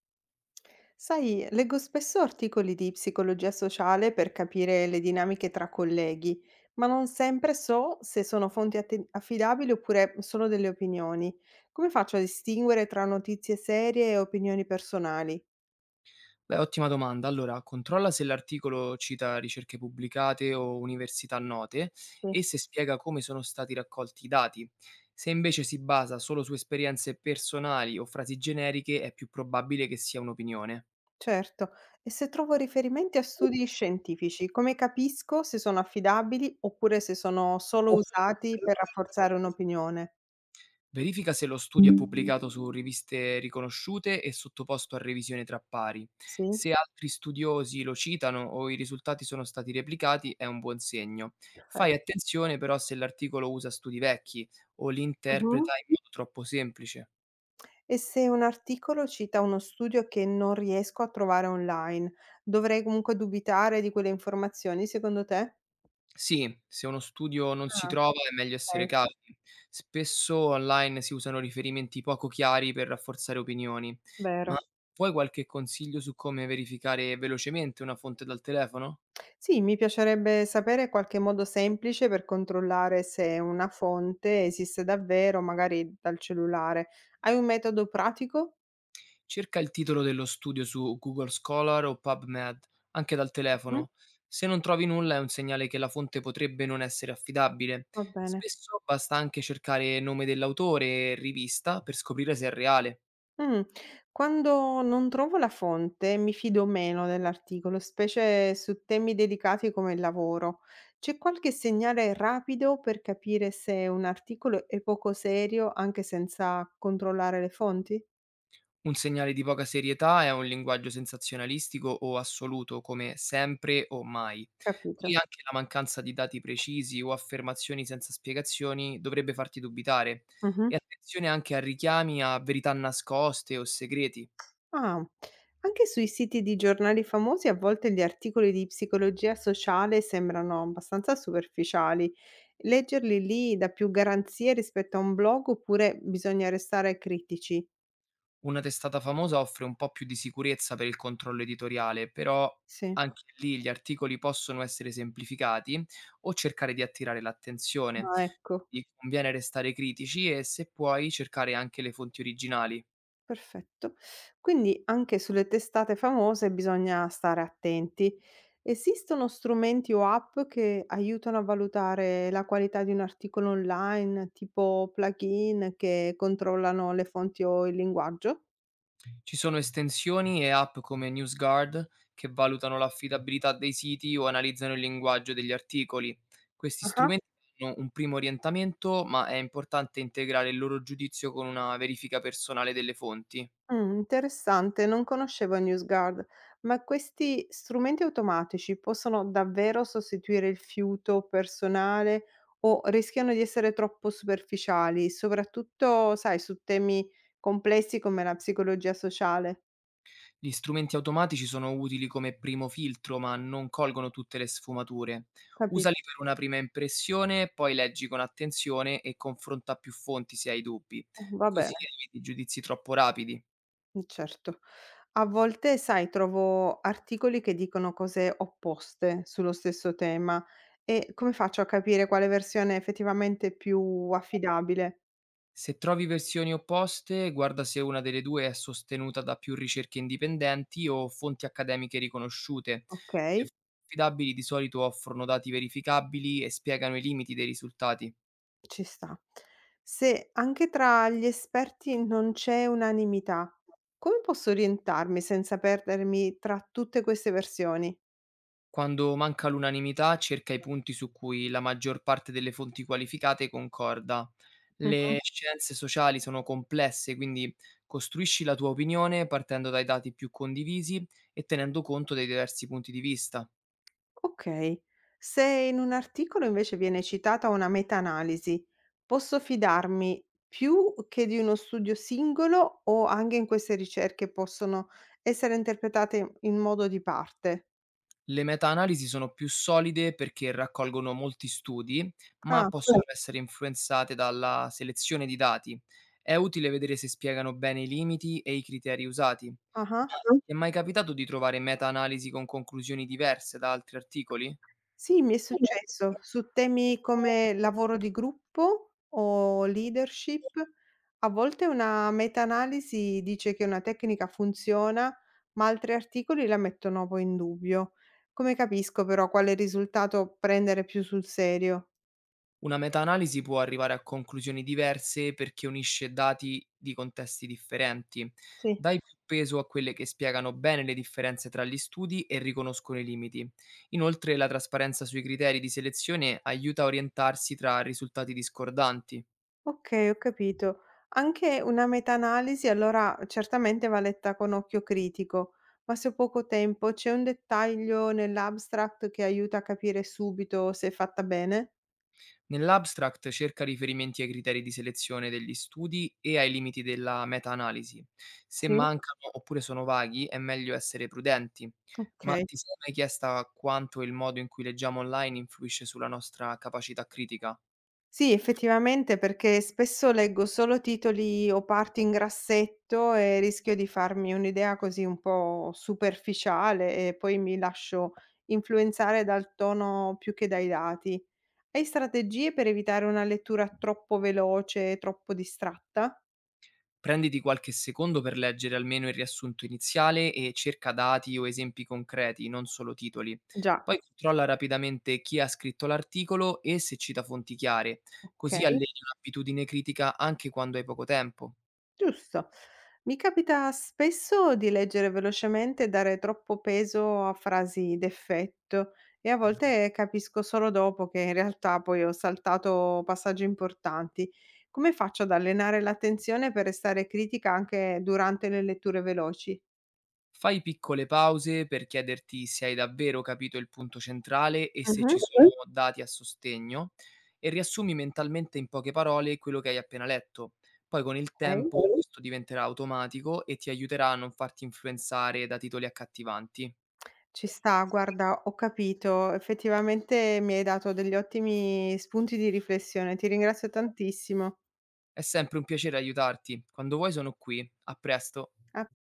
Sai, leggo spesso articoli di psicologia sociale per capire le dinamiche tra colleghi, ma non sempre so se sono fonti affidabili oppure solo delle opinioni. Come faccio a distinguere tra notizie serie e opinioni personali? Beh, ottima domanda. Allora, controlla se l'articolo cita ricerche pubblicate o università note Sì, e se spiega come sono stati raccolti i dati. Se invece si basa solo su esperienze personali o frasi generiche, è più probabile che sia un'opinione. certo. E se trovo riferimenti a studi scientifici, come capisco se sono affidabili oppure se sono solo usati per rafforzare un'opinione? Verifica se lo studio è pubblicato su riviste riconosciute e sottoposto a revisione tra pari. Sì, Se altri studiosi lo citano o i risultati sono stati replicati è un buon segno. Fai perfetto. attenzione però se l'articolo usa studi vecchi o li interpreta in modo troppo semplice. E se un articolo cita uno studio che non riesco a trovare online, dovrei comunque dubitare di quelle informazioni, secondo te? Sì, se uno studio non si Ah, trova è meglio essere okay, cauti. Spesso online si usano riferimenti poco chiari per rafforzare opinioni, ma vero. vuoi qualche consiglio su come verificare velocemente una fonte dal telefono? Sì, mi piacerebbe sapere qualche modo semplice per controllare se una fonte esiste davvero, magari dal cellulare. Hai un metodo pratico? Cerca il titolo dello studio su Google Scholar o PubMed, anche dal Mh, telefono. Se non trovi nulla è un segnale che la fonte potrebbe non essere affidabile. va bene. Spesso basta anche cercare nome dell'autore e rivista per scoprire se è reale. Mh. Quando non trovo la fonte mi fido meno dell'articolo, specie su temi delicati come il lavoro. C'è qualche segnale rapido per capire se un articolo è poco serio anche senza controllare le fonti? Un segnale di poca serietà è un linguaggio sensazionalistico o assoluto, come sempre o mai. Poi Capito. anche la mancanza di dati precisi o affermazioni senza spiegazioni dovrebbe farti dubitare. Mh-mh. E attenzione anche a richiami a verità nascoste o segreti. Ah, anche sui siti di giornali famosi a volte gli articoli di psicologia sociale sembrano abbastanza superficiali. Leggerli lì dà più garanzie rispetto a un blog oppure bisogna restare critici? Una testata famosa offre un po' più di sicurezza per il controllo editoriale, però Sì. anche lì gli articoli possono essere semplificati o cercare di attirare l'attenzione. Ah, ecco, Ti conviene restare critici e, se puoi, cercare anche le fonti originali. perfetto. Quindi anche sulle testate famose bisogna stare attenti. Esistono strumenti o app che aiutano a valutare la qualità di un articolo online, tipo plugin che controllano le fonti o il linguaggio? Ci sono estensioni e app come NewsGuard che valutano l'affidabilità dei siti o analizzano il linguaggio degli articoli. Questi Ah. strumenti hanno un primo orientamento, ma è importante integrare il loro giudizio con una verifica personale delle fonti. Interessante, non conoscevo il NewsGuard, ma questi strumenti automatici possono davvero sostituire il fiuto personale o rischiano di essere troppo superficiali, soprattutto, sai, su temi complessi come la psicologia sociale? Gli strumenti automatici sono utili come primo filtro, ma non colgono tutte le sfumature. Usali Capito. per una prima impressione, poi leggi con attenzione e confronta più fonti se hai dubbi, Va così bene, eviti giudizi troppo rapidi. Certo. A volte, sai, trovo articoli che dicono cose opposte sullo stesso tema e come faccio a capire quale versione è effettivamente più affidabile? Se trovi versioni opposte, guarda se una delle due è sostenuta da più ricerche indipendenti o fonti accademiche riconosciute. Le Okay. fonti affidabili di solito offrono dati verificabili e spiegano i limiti dei risultati. Ci sta. Se anche tra gli esperti non c'è unanimità, come posso orientarmi senza perdermi tra tutte queste versioni? Quando manca l'unanimità, cerca i punti su cui la maggior parte delle fonti qualificate concorda. Mh-mh. Le scienze sociali sono complesse, quindi costruisci la tua opinione partendo dai dati più condivisi e tenendo conto dei diversi punti di vista. Ok. Se in un articolo invece viene citata una meta-analisi, posso fidarmi più che di uno studio singolo o anche in queste ricerche possono essere interpretate in modo di parte? Le meta-analisi sono più solide perché raccolgono molti studi, ma Ah, possono essere influenzate dalla selezione di dati. È utile vedere se spiegano bene i limiti e i criteri usati. ah-ah. Ti è mai capitato di trovare meta-analisi con conclusioni diverse da altri articoli? Sì, mi è successo su temi come lavoro di gruppo o leadership. A volte una meta-analisi dice che una tecnica funziona, ma altri articoli la mettono poi in dubbio. Come capisco però quale risultato prendere più sul serio? Una meta-analisi può arrivare a conclusioni diverse perché unisce dati di contesti differenti. Sì. Dai più peso a quelle che spiegano bene le differenze tra gli studi e riconoscono i limiti. Inoltre, la trasparenza sui criteri di selezione aiuta a orientarsi tra risultati discordanti. Ok, ho capito. Anche una meta-analisi allora certamente va letta con occhio critico, ma se ho poco tempo c'è un dettaglio nell'abstract che aiuta a capire subito se è fatta bene? Nell'abstract cerca riferimenti ai criteri di selezione degli studi e ai limiti della meta-analisi. Se Sì? mancano oppure sono vaghi, è meglio essere prudenti. Ma Okay. ti sei mai chiesta quanto il modo in cui leggiamo online influisce sulla nostra capacità critica? Sì, effettivamente perché spesso leggo solo titoli o parti in grassetto e rischio di farmi un'idea così un po' superficiale e poi mi lascio influenzare dal tono più che dai dati. Hai strategie per evitare una lettura troppo veloce, troppo distratta? Prenditi qualche secondo per leggere almeno il riassunto iniziale e cerca dati o esempi concreti, non solo titoli. Già, Poi controlla rapidamente chi ha scritto l'articolo e se cita fonti chiare, così okay. alleni un'abitudine critica anche quando hai poco tempo. Giusto. Mi capita spesso di leggere velocemente e dare troppo peso a frasi d'effetto e a volte capisco solo dopo che in realtà poi ho saltato passaggi importanti. Come faccio ad allenare l'attenzione per restare critica anche durante le letture veloci? Fai piccole pause per chiederti se hai davvero capito il punto centrale e se ci Mhm, sono Mh-mh. Dati a sostegno e riassumi mentalmente in poche parole quello che hai appena letto. Poi con il ok. tempo questo diventerà automatico e ti aiuterà a non farti influenzare da titoli accattivanti. Ci sta, guarda, ho capito, effettivamente mi hai dato degli ottimi spunti di riflessione, ti ringrazio tantissimo. È sempre un piacere aiutarti. Quando vuoi sono qui. A presto. A